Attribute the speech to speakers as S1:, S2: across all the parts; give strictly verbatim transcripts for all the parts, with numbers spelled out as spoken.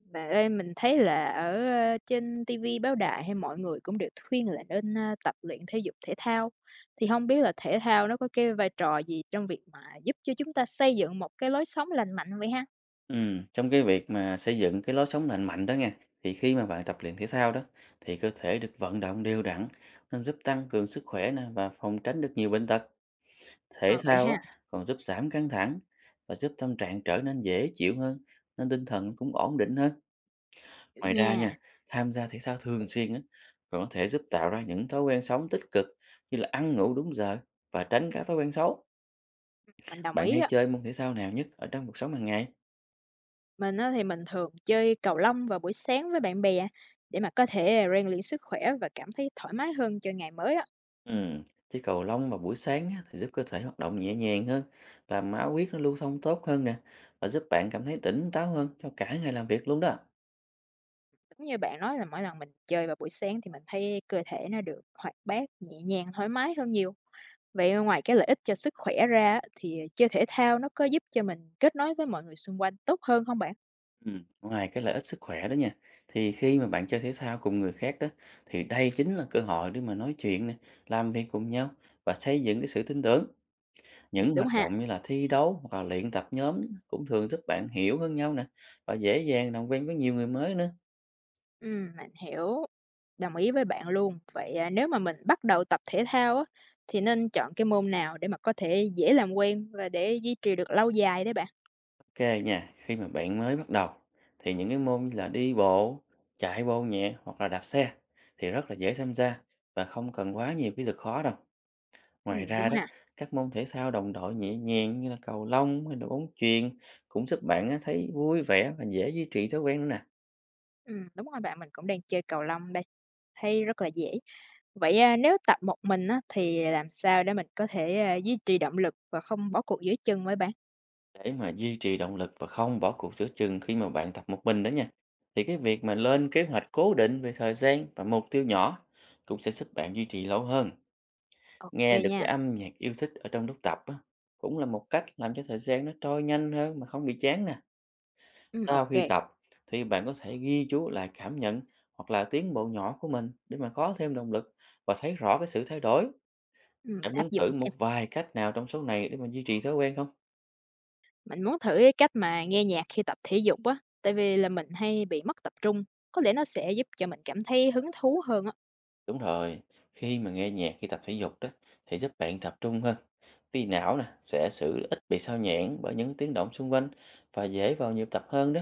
S1: Bạn ơi, mình thấy là ở, ơ, trên ti vi, báo đài hay mọi người cũng đều khuyên là nên, a, tập luyện thể dục thể thao. Thì không biết là thể thao nó có cái vai trò gì trong việc mà giúp cho chúng ta xây dựng một cái lối sống lành mạnh vậy ha?
S2: Ừm, trong cái việc mà xây dựng cái lối sống lành mạnh đó nha, thì khi mà bạn tập luyện thể thao đó thì cơ thể được vận động đều đặn nên giúp tăng cường sức khỏe nè và phòng tránh được nhiều bệnh tật. Thể
S1: Ờ, vậy
S2: thao á
S1: ha.
S2: còn giúp giảm căng thẳng và giúp tâm trạng trở nên dễ chịu hơn nên tinh thần cũng ổn định hơn.
S1: Hiểu
S2: Ngoài ra
S1: nha.
S2: nha, tham gia thể thao thường xuyên á còn có thể giúp tạo ra những thói quen sống tích cực như là ăn ngủ đúng giờ và tránh các thói quen xấu.
S1: Mình đồng
S2: Bạn
S1: ý
S2: hay
S1: á.
S2: chơi môn thể thao nào nhất ở trong cuộc sống hàng ngày?
S1: Mình á thì mình thường chơi cầu lông vào buổi sáng với bạn bè để mà có thể rèn luyện sức khỏe và cảm thấy thoải mái hơn cho ngày mới á.
S2: Ừm, chơi cầu lông vào buổi sáng á, thì giúp cơ thể hoạt động nhẹ nhàng hơn, làm máu huyết nó lưu thông tốt hơn nè và giúp bạn cảm thấy tỉnh táo hơn cho cả ngày làm việc luôn đó.
S1: Đúng như bạn nói, là mỗi lần mình chơi vào buổi sáng thì mình thấy cơ thể nó được hoạt bát, nhẹ nhàng, thoải mái hơn nhiều. Vậy ngoài cái lợi ích cho sức khỏe ra á, thì chơi thể thao nó có giúp cho mình kết nối với mọi người xung quanh tốt hơn không bạn?
S2: Ừm, ngoài cái lợi ích sức khỏe đó nha, thì khi mà bạn chơi thể thao cùng người khác đó, thì đây chính là cơ hội để mà nói chuyện nè, làm việc cùng nhau và xây dựng cái sự tin tưởng.
S1: Ừm,
S2: Những
S1: đúng
S2: hoạt
S1: ha.
S2: động như là thi đấu hoặc là luyện tập nhóm cũng thường giúp bạn hiểu hơn nhau nè và dễ dàng làm quen với nhiều người mới nữa.
S1: Ừm, mình hiểu, đồng ý với bạn luôn. Vậy, à, nếu mà mình bắt đầu tập thể thao á, thì nên chọn cái môn nào để mà có thể dễ làm quen và để duy trì được lâu dài đấy bạn?
S2: Ok nha, khi mà bạn mới bắt đầu thì những cái môn như là đi bộ, chạy bộ nhẹ hoặc là đạp xe thì rất là dễ tham gia và không cần quá nhiều kỹ thuật khó đâu.
S1: Ừm,
S2: Ngoài ra
S1: đúng
S2: đó,
S1: ha.
S2: các môn thể thao đồng đội nhẹ nhàng như là cầu lông hay là bóng chuyền cũng giúp bạn á, thấy vui vẻ và dễ duy trì thói quen nữa nè.
S1: Ừm, đúng rồi bạn, mình cũng đang chơi cầu lông đây, thấy rất là dễ. Vậy, a, nếu tập một mình á, thì làm sao để mình có thể, a, duy trì động lực và không bỏ cuộc giữa chừng vậy bạn?
S2: Để mà duy trì động lực và không bỏ cuộc giữa chừng khi mà bạn tập một mình đó nha. Thì cái việc mà lên kế hoạch cố định về thời gian và mục tiêu nhỏ cũng sẽ giúp bạn duy trì lâu hơn.
S1: Ok
S2: Nghe được cái
S1: nha.
S2: âm nhạc yêu thích ở trong lúc tập á, cũng là một cách làm cho thời gian nó trôi nhanh hơn mà không bị chán nè.
S1: Ừm, ô
S2: Sau khi tập thì bạn có thể ghi chú lại cảm nhận hoặc là tiến bộ nhỏ của mình để mà có thêm động lực và thấy rõ cái sự thay đổi.
S1: Ừm, mình
S2: Bạn
S1: áp
S2: muốn
S1: dụng
S2: thử một
S1: xem.
S2: vài cách nào trong số này để mà duy trì thói quen không?
S1: Mình muốn thử cái cách mà nghe nhạc khi tập thể dục á, tại vì là mình hay bị mất tập trung, có lẽ nó sẽ giúp cho mình cảm thấy hứng thú hơn á.
S2: Đúng rồi, khi mà nghe nhạc khi tập thể dục đó thì giúp bạn tập trung hơn. Vì não nè sẽ xử ít bị sao nhãng bởi những tiếng động xung quanh và dễ vào nhịp tập hơn đó.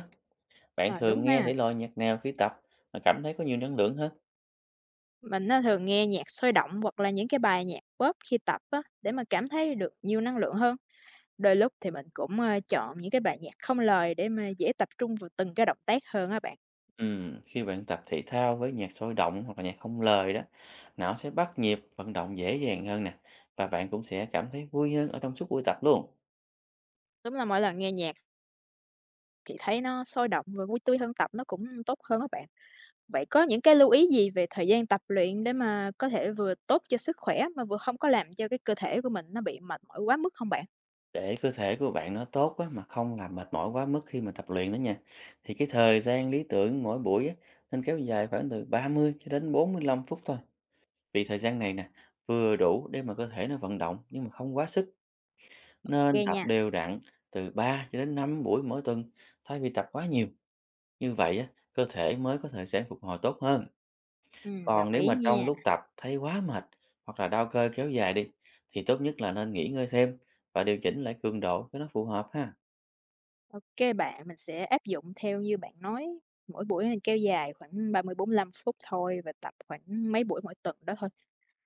S2: Bạn
S1: Ờ,
S2: thường
S1: đúng
S2: nghe
S1: ha.
S2: thể loại nhạc nào khi tập mà cảm thấy có nhiều năng lượng hết?
S1: Mình á thường nghe nhạc sôi động hoặc là những cái bài nhạc pop khi tập á, để mà cảm thấy được nhiều năng lượng hơn. Đôi lúc thì mình cũng, ơ, chọn những cái bài nhạc không lời để mà dễ tập trung vào từng cái động tác hơn á bạn.
S2: Ừm, khi bạn tập thể thao với nhạc sôi động hoặc là nhạc không lời đó, não sẽ bắt nhịp vận động dễ dàng hơn nè và bạn cũng sẽ cảm thấy vui hơn ở trong suốt buổi tập luôn.
S1: Đúng là mỗi lần nghe nhạc thì thấy nó sôi động và vui tươi hơn, tập nó cũng tốt hơn á bạn. Vậy có những cái lưu ý gì về thời gian tập luyện để mà có thể vừa tốt cho sức khỏe mà vừa không có làm cho cái cơ thể của mình nó bị mệt mỏi quá mức không bạn?
S2: Để cơ thể của bạn nó tốt á, mà không làm mệt mỏi quá mức khi mà tập luyện đó nha. Thì cái thời gian lý tưởng mỗi buổi á, nên kéo dài khoảng từ ba mươi cho đến bốn mươi lăm phút thôi. Vì thời gian này nè vừa đủ để mà cơ thể nó vận động nhưng mà không quá sức.
S1: OK
S2: Nên tập
S1: nha,
S2: đều đặn từ ba cho đến năm buổi mỗi tuần thay vì tập quá nhiều. Như vậy á, cơ thể mới có thời gian phục hồi tốt hơn.
S1: ừm,
S2: Còn
S1: đồng
S2: nếu
S1: ý
S2: mà trong
S1: nha.
S2: lúc tập thấy quá mệt hoặc là đau cơ kéo dài đi thì tốt nhất là nên nghỉ ngơi thêm và điều chỉnh lại cường độ cho nó phù hợp ha.
S1: OK bạn, mình sẽ áp dụng theo như bạn nói, mỗi buổi nên kéo dài khoảng ba mươi bốn mươi lăm phút thôi và tập khoảng mấy buổi mỗi tuần đó thôi.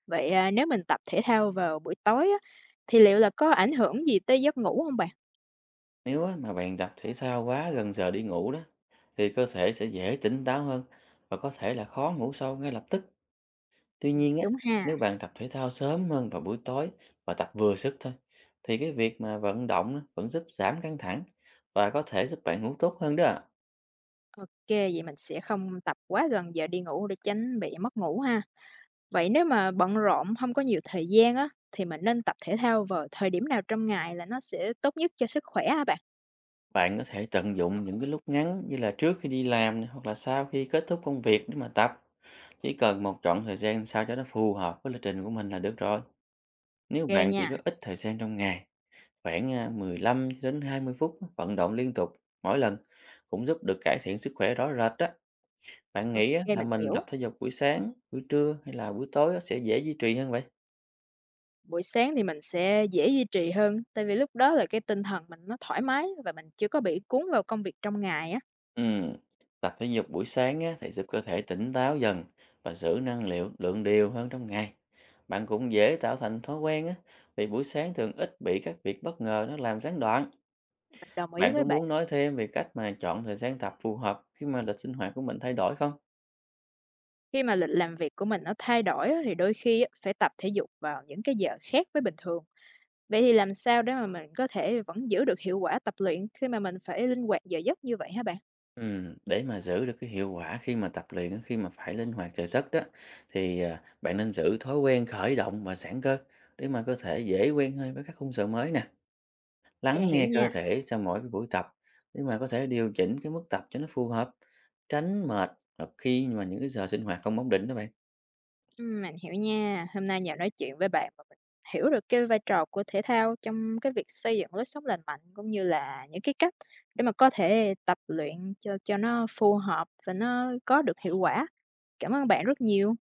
S1: Vậy, à, nếu mình tập thể thao vào buổi tối á, thì liệu là có ảnh hưởng gì tới giấc ngủ không bạn?
S2: Nếu á, mà bạn tập thể thao quá gần giờ đi ngủ đó thì cơ thể sẽ dễ tỉnh táo hơn và có thể là khó ngủ sâu ngay lập tức. Tuy
S1: Ừm,
S2: nhiên á,
S1: đúng ha.
S2: nếu bạn tập thể thao sớm hơn vào buổi tối và tập vừa sức thôi, thì cái việc mà vận động á, vẫn giúp giảm căng thẳng và có thể giúp bạn ngủ tốt hơn đó. ạ.
S1: OK, vậy mình sẽ không tập quá gần giờ đi ngủ để tránh bị mất ngủ ha. Vậy nếu mà bận rộn, không có nhiều thời gian á, thì mình nên tập thể thao vào thời điểm nào trong ngày là nó sẽ tốt nhất cho sức khỏe hả bạn?
S2: Bạn có thể tận dụng những cái lúc ngắn như là trước khi đi làm này, hoặc là sau khi kết thúc công việc để mà tập. Chỉ cần một chọn thời gian sao cho nó phù hợp với lịch trình của mình là được rồi. Nếu
S1: Ok
S2: bạn chỉ
S1: nha,
S2: có ít thời gian trong ngày, khoảng à, mười lăm cho đến hai mươi phút vận động liên tục mỗi lần cũng giúp được cải thiện sức khỏe rõ rệt đó. Bạn
S1: ok
S2: nghĩ á, là
S1: mình
S2: mình
S1: hiểu.
S2: tập thể dục buổi sáng, buổi trưa hay là buổi tối á, sẽ dễ duy trì hơn vậy?
S1: Buổi sáng thì mình sẽ dễ duy trì hơn, tại vì lúc đó là cái tinh thần mình nó thoải mái và mình chưa có bị cuốn vào công việc trong ngày á.
S2: Ừm, tập thể dục buổi sáng á, thì giúp cơ thể tỉnh táo dần và giữ năng liệu lượng đều hơn trong ngày. Bạn cũng dễ tạo thành thói quen á, vì buổi sáng thường ít bị các việc bất ngờ nó làm gián đoạn.
S1: Mình đồng ý
S2: Bạn có
S1: với bạn.
S2: muốn nói thêm về cách mà chọn thời gian tập phù hợp khi mà lịch sinh hoạt của mình thay đổi không?
S1: Khi mà lịch làm việc của mình nó thay đổi á, thì đôi khi á, phải tập thể dục vào những cái giờ khác với bình thường. Vậy thì làm sao để mà mình có thể vẫn giữ được hiệu quả tập luyện khi mà mình phải linh hoạt giờ giấc như vậy hả bạn?
S2: Ừm, để mà giữ được cái hiệu quả khi mà tập luyện á, khi mà phải linh hoạt thể chất đó thì, à, bạn nên giữ thói quen khởi động và giãn cơ để mà cơ thể dễ quen hơn với các khung giờ mới nè.
S1: Ok
S2: Lắng
S1: hiểu
S2: nghe cơ
S1: nha.
S2: thể sau mỗi cái buổi tập để mà có thể điều chỉnh cái mức tập cho nó phù hợp, tránh mệt hoặc khi mà những cái giờ sinh hoạt không ổn định đó bạn.
S1: Ừm, mình hiểu nha. Hôm nay nhờ nói chuyện với bạn mà mình hiểu được cái vai trò của thể thao trong cái việc xây dựng lối sống lành mạnh, cũng như là những cái cách để mà có thể tập luyện cho cho nó phù hợp và nó có được hiệu quả. Cảm ơn bạn rất nhiều.